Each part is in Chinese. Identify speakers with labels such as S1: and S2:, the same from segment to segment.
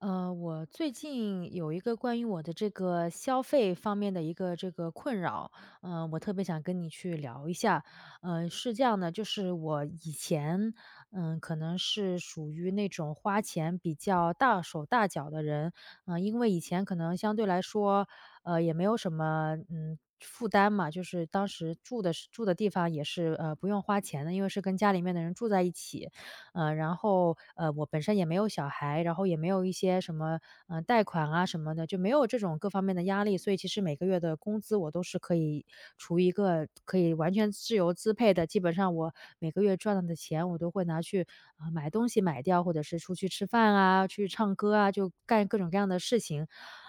S1: 我最近有一个关于我的这个消费方面的一个这个困扰，我特别想跟你去聊一下。是这样的，就是我以前，可能是属于那种花钱比较大手大脚的人，因为以前可能相对来说，也没有什么，负担嘛，就是当时住的是住的地方也是不用花钱的，因为是跟家里面的人住在一起。我本身也没有小孩，然后也没有一些什么，贷款啊什么的，就没有这种各方面的压力，所以其实每个月的工资我都是可以除一个可以完全自由支配的，基本上我每个月赚到的钱，我都会拿去买东西买掉，或者是出去吃饭啊，去唱歌啊，就干各种各样的事情。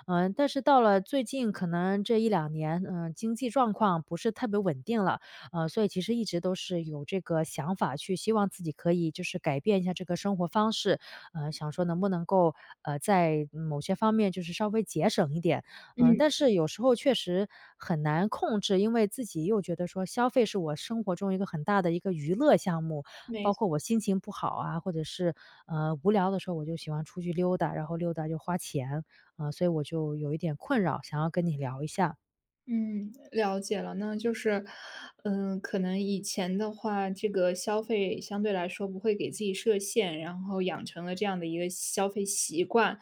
S1: 嗯，但是到了最近可能这一两年，经济状况不是特别稳定了，所以其实一直都是有这个想法去希望自己可以就是改变一下这个生活方式，想说能不能够，在某些方面就是稍微节省一点。嗯，
S2: 嗯，
S1: 但是有时候确实很难控制，因为自己又觉得说消费是我生活中一个很大的一个娱乐项目，
S2: 没
S1: 包
S2: 错，
S1: 括我心情不好啊，或者是，无聊的时候我就喜欢出去溜达，然后溜达就花钱，所以我就有一点困扰，想要跟你聊一下。
S2: 嗯，了解了。那就是，可能以前的话，这个消费相对来说不会给自己设限，然后养成了这样的一个消费习惯。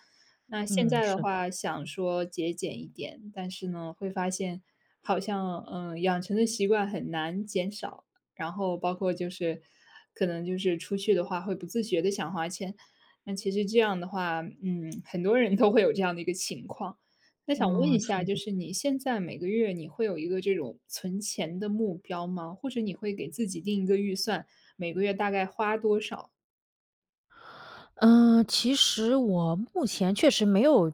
S2: 那现
S1: 嗯，
S2: 在的
S1: 是的。
S2: 话，想说节俭一点，但是呢，会发现好像，养成的习惯很难减少。然后包括就是，可能就是出去的话，会不自觉的想花钱。那其实这样的话，很多人都会有这样的一个情况。那想问一
S1: 嗯，
S2: 下，
S1: 是
S2: 就
S1: 的。
S2: 是你现在每个月你会有一个这种存钱的目标吗？或者你会给自己定一个预算，每个月大概花多少？
S1: 嗯,其实我目前确实没有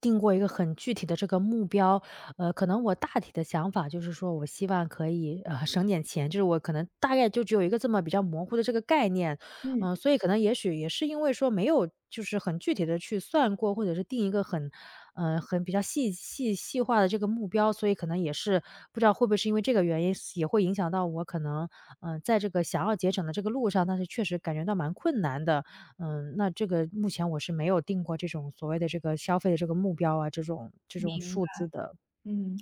S1: 定过一个很具体的这个目标，可能我大体的想法就是说我希望可以，省点钱，就是我可能大概就只有一个这么比较模糊的这个概念。
S2: 嗯。
S1: 嗯，所以可能也许也是因为说没有就是很具体的去算过，或者是定一个很比较细化的这个目标，所以可能也是不知道会不会是因为这个原因，也会影响到我可能，嗯在这个想要节省的这个路上，但是确实感觉到蛮困难的。嗯，那这个目前我是没有定过这种所谓的这个消费的这个目标啊，这种数字的。
S2: 嗯，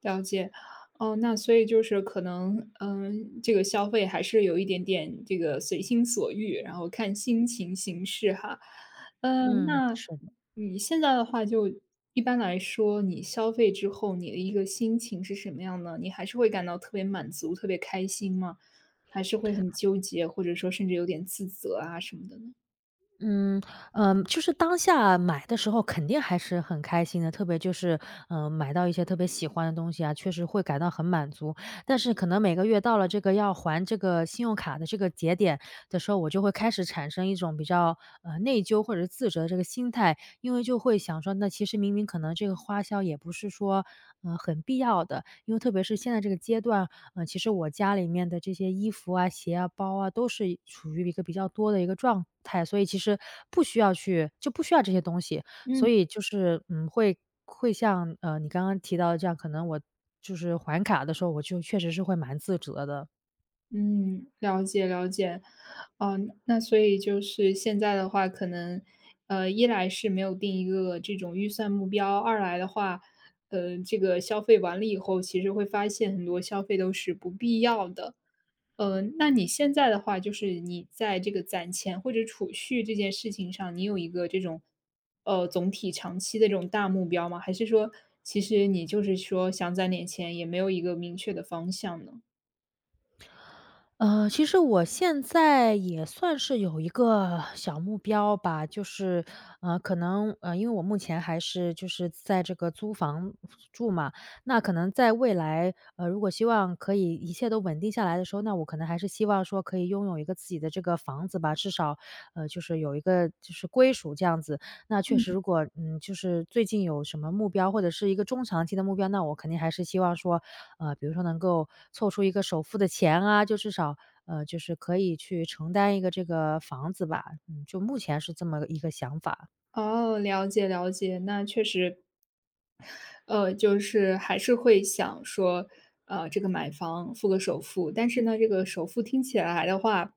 S2: 了解。哦，那所以就是可能，这个消费还是有一点点这个随心所欲，然后看心情行事哈。
S1: 嗯，
S2: 那
S1: 是的。
S2: 你现在的话就一般来说，你消费之后，你的一个心情是什么样呢？你还是会感到特别满足、特别开心吗？还是会很纠结，或者说甚至有点自责啊什么的呢？
S1: 嗯，嗯，就是当下买的时候肯定还是很开心的，特别就是，买到一些特别喜欢的东西啊，确实会感到很满足。但是可能每个月到了这个要还这个信用卡的这个节点的时候，我就会开始产生一种比较，内疚或者是自责的这个心态，因为就会想说，那其实明明可能这个花销也不是说，很必要的，因为特别是现在这个阶段其实我家里面的这些衣服啊、鞋啊、包啊，都是处于一个比较多的一个状态，所以其实不需要去就不需要这些东西。
S2: 嗯。
S1: 所以就是，嗯，会像，你刚刚提到的这样，可能我就是还卡的时候，我就确实是会蛮自责的。
S2: 嗯，了解了解，嗯，那所以就是现在的话，可能，一来是没有定一个这种预算目标，二来的话，这个消费完了以后，其实会发现很多消费都是不必要的。那你现在的话，就是你在这个攒钱或者储蓄这件事情上，你有一个这种，总体长期的这种大目标吗？还是说，其实你就是说想攒点钱，也没有一个明确的方向呢？
S1: 其实我现在也算是有一个小目标吧，就是，因为我目前还是就是在这个租房住嘛，那可能在未来，如果希望可以一切都稳定下来的时候，那我可能还是希望说可以拥有一个自己的这个房子吧，至少，就是有一个就是归属这样子。那确实，如果嗯，就是最近有什么目标或者是一个中长期的目标，那我肯定还是希望说，比如说能够凑出一个首付的钱啊，就至少，就是可以去承担一个这个房子吧，嗯，就目前是这么一个想法。
S2: 哦，了解了解，那确实，就是还是会想说，这个买房付个首付，但是呢，这个首付听起来的话，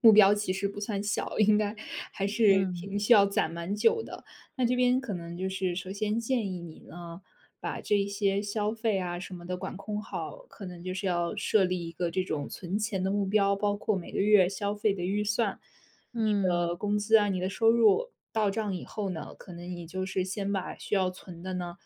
S2: 目标其实不算小，应该还是
S1: 嗯。
S2: 挺需要攒蛮久的。那这边可能就是首先建议你呢，把这些消费啊什么的管控好，可能就是要设立一个这种存钱的目标，包括每个月消费的预算。
S1: 嗯。
S2: 的工资啊，你的收入到账以后呢，可能你就是先把需要存的呢，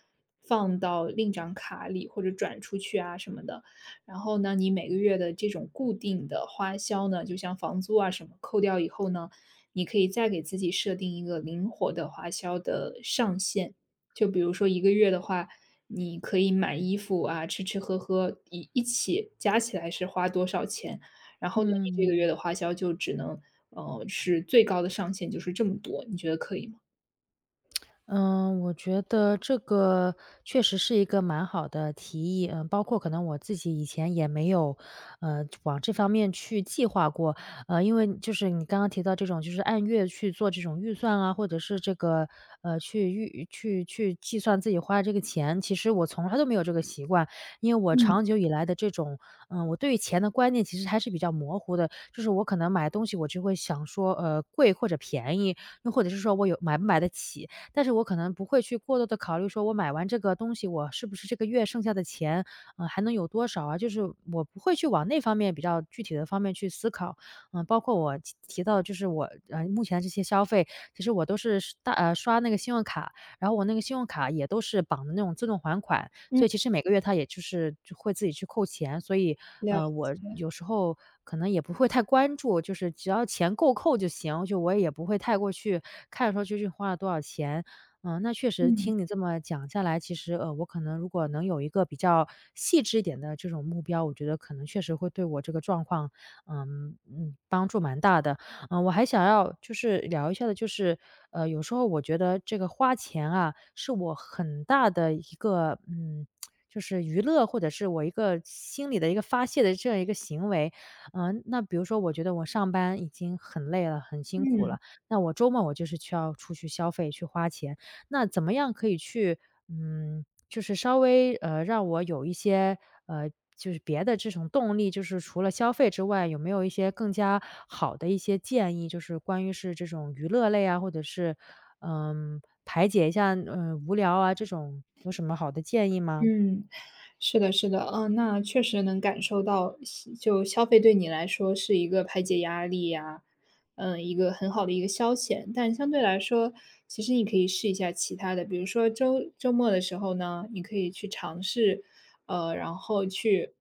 S2: 放到另一张卡里或者转出去啊什么的。然后呢，你每个月的这种固定的花销呢，就像房租啊什么扣掉以后呢，你可以再给自己设定一个灵活的花销的上限。就比如说一个月的话，你可以买衣服啊，吃吃喝喝一起加起来是花多少钱，然后呢，你这个月
S1: 嗯。
S2: 的花销就只能是最高的上限就是这么多，你觉得可以吗？
S1: 嗯，我觉得这个确实是一个蛮好的提议，嗯，包括可能我自己以前也没有，往这方面去计划过，因为就是你刚刚提到这种，就是按月去做这种预算啊，或者是这个，呃，去预去去计算自己花的这个钱，其实我从来都没有这个习惯，因为我
S2: 嗯
S1: 长久以来的这种，嗯，我对于钱的观念其实还是比较模糊的，就是我可能买东西我就会想说，贵或者便宜，又或者是说我有买不买得起，但是我可能不会去过多的考虑说我买完这个东西，我是不是这个月剩下的钱，嗯，还能有多少啊？就是我不会去往那方面比较具体的方面去思考。嗯，包括我提到就是我，目前这些消费，其实我都是刷那个信用卡，然后我那个信用卡也都是绑的那种自动还款，
S2: 嗯，
S1: 所以其实每个月它也就会自己去扣钱，所以，
S2: 了
S1: 我
S2: 解，
S1: 有时候可能也不会太关注，就是只要钱够扣就行，就我也不会太过去看说究竟花了多少钱。嗯，那确实
S2: 嗯
S1: 听你这么讲下来，其实，我可能如果能有一个比较细致一点的这种目标，我觉得可能确实会对我这个状况，帮助蛮大的。嗯，我还想要就是聊一下的，就是有时候我觉得这个花钱啊，是我很大的一个，嗯，就是娱乐或者是我一个心里的一个发泄的这样一个行为。嗯，那比如说，我觉得我上班已经很累了，很辛苦
S2: 嗯。
S1: 了，那我周末我就是需要出去消费去花钱。那怎么样可以去，嗯，就是稍微，让我有一些，呃，就是别的这种动力，就是除了消费之外，有没有一些更加好的一些建议，就是关于是这种娱乐类啊，或者是，嗯，排解一下，无聊啊，这种有什么好的建议吗？
S2: 嗯，是的，是的，嗯，那确实能感受到，就消费对你来说是一个排解压力呀，嗯，一个很好的一个消遣。但相对来说，其实你可以试一下其他的，比如说周末的时候呢，你可以去尝试，然后去，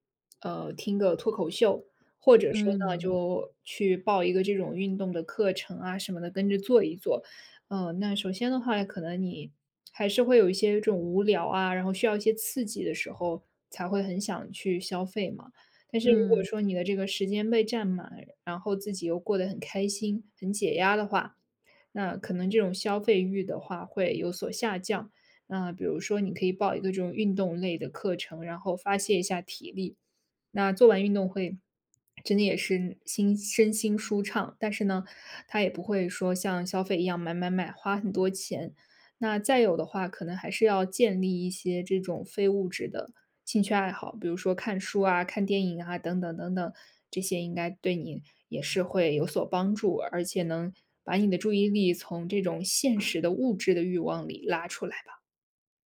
S2: 听个脱口秀，或者说呢，
S1: 嗯。
S2: 就去报一个这种运动的课程啊什么的，跟着做一做。嗯，那首先的话，可能你还是会有一些这种无聊啊，然后需要一些刺激的时候，才会很想去消费嘛。但是如果
S1: 嗯。
S2: 说你的这个时间被占满，然后自己又过得很开心、很解压的话，那可能这种消费欲的话会有所下降。那比如说，你可以报一个这种运动类的课程，然后发泄一下体力。那做完运动会，真的也是身心舒畅，但是呢，他也不会说像消费一样买买买，花很多钱。那再有的话，可能还是要建立一些这种非物质的兴趣爱好，比如说看书啊、看电影啊等等等等，这些应该对你也是会有所帮助，而且能把你的注意力从这种现实的物质的欲望里拉出来吧。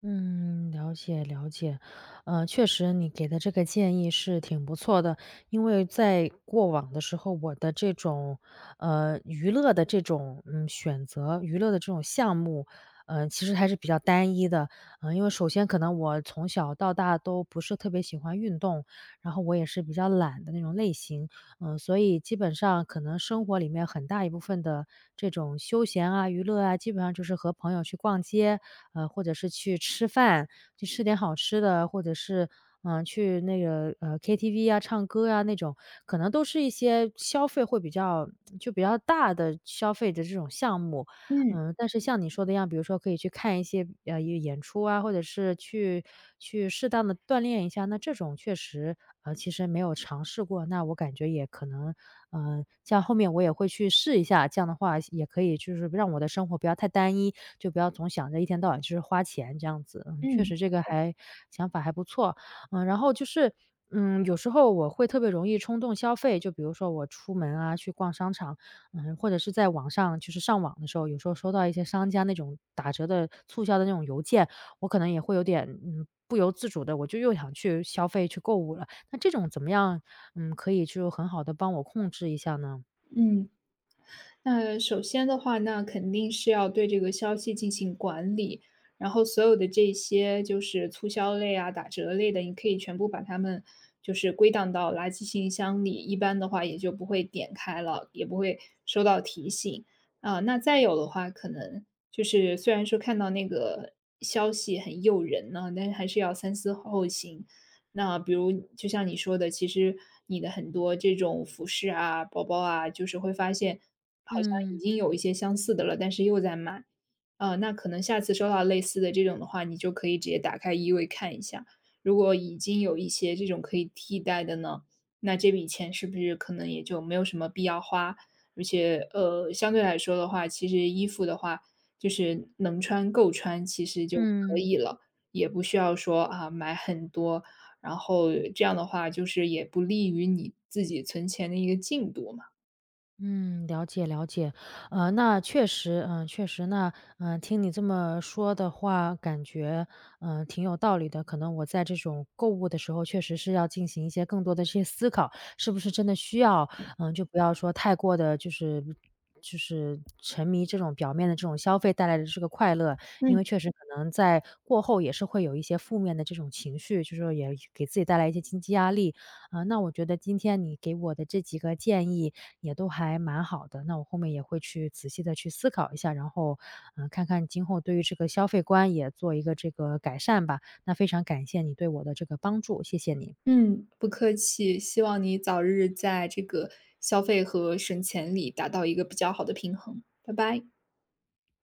S1: 嗯，了解了解，确实你给的这个建议是挺不错的，因为在过往的时候，我的这种娱乐的这种选择，娱乐的这种项目，嗯，其实还是比较单一的，因为首先可能我从小到大都不是特别喜欢运动，然后我也是比较懒的那种类型，所以基本上可能生活里面很大一部分的这种休闲啊、娱乐啊，基本上就是和朋友去逛街。或者是去吃饭，去吃点好吃的，或者是，嗯，呃去那个，呃，KTV 啊，唱歌啊那种，可能都是一些消费会比较比较大的消费的这种项目。
S2: 嗯
S1: 嗯，但是像你说的一样，比如说可以去看一些，演出啊，或者是去适当的锻炼一下，那这种确实，其实没有尝试过，那我感觉也可能，像后面我也会去试一下，这样的话也可以就是让我的生活不要太单一，就不要总想着一天到晚就是花钱这样子。嗯，确
S2: 嗯
S1: 实这个想法还不错。嗯，然后就是，嗯，有时候我会特别容易冲动消费，就比如说我出门啊，去逛商场，嗯，或者是在网上就是上网的时候，有时候收到一些商家那种打折的促销的那种邮件，我可能也会有点，嗯，不由自主的，我就又想去消费、去购物了。那这种怎么样，嗯，可以就很好的帮我控制一下呢？
S2: 嗯。那首先的话，那肯定是要对这个消息进行管理，然后所有的这些就是促销类啊、打折类的，你可以全部把它们就是归档到垃圾信箱里，一般的话也就不会点开了，也不会收到提醒。啊，那再有的话，可能就是虽然说看到那个消息很诱人呢，但是还是要三思后行。那比如就像你说的，其实你的很多这种服饰啊、包包啊，就是会发现好像已
S1: 嗯。
S2: 经有一些相似的了，但是又在买，那可能下次收到类似的这种的话，你就可以直接打开衣柜看一下，如果已经有一些这种可以替代的呢，那这笔钱是不是可能也就没有什么必要花？而且，相对来说的话，其实衣服的话，就是能穿够穿其实就可
S1: 嗯。
S2: 以了，也不需要说啊买很多，然后这样的话就是也不利于你自己存钱的一个进度嘛。
S1: 嗯，了解了解，那确实，嗯、确实那，听你这么说的话，感觉，挺有道理的。可能我在这种购物的时候，确实是要进行一些更多的这些思考，是不是真的需要，就不要说太过的，就是沉迷这种表面的这种消费带来的这个快乐，因
S2: 嗯。
S1: 为确实可能在过后也是会有一些负面的这种情绪，就是说也给自己带来一些经济压力。那我觉得今天你给我的这几个建议，也都还蛮好的。那我后面也会去仔细的去思考一下，然后，看看今后对于这个消费观也做一个这个改善吧。那非常感谢你对我的这个帮助，谢谢你。
S2: 嗯，不客气，希望你早日在这个消费和省钱里达到一个比较好的平衡，拜拜。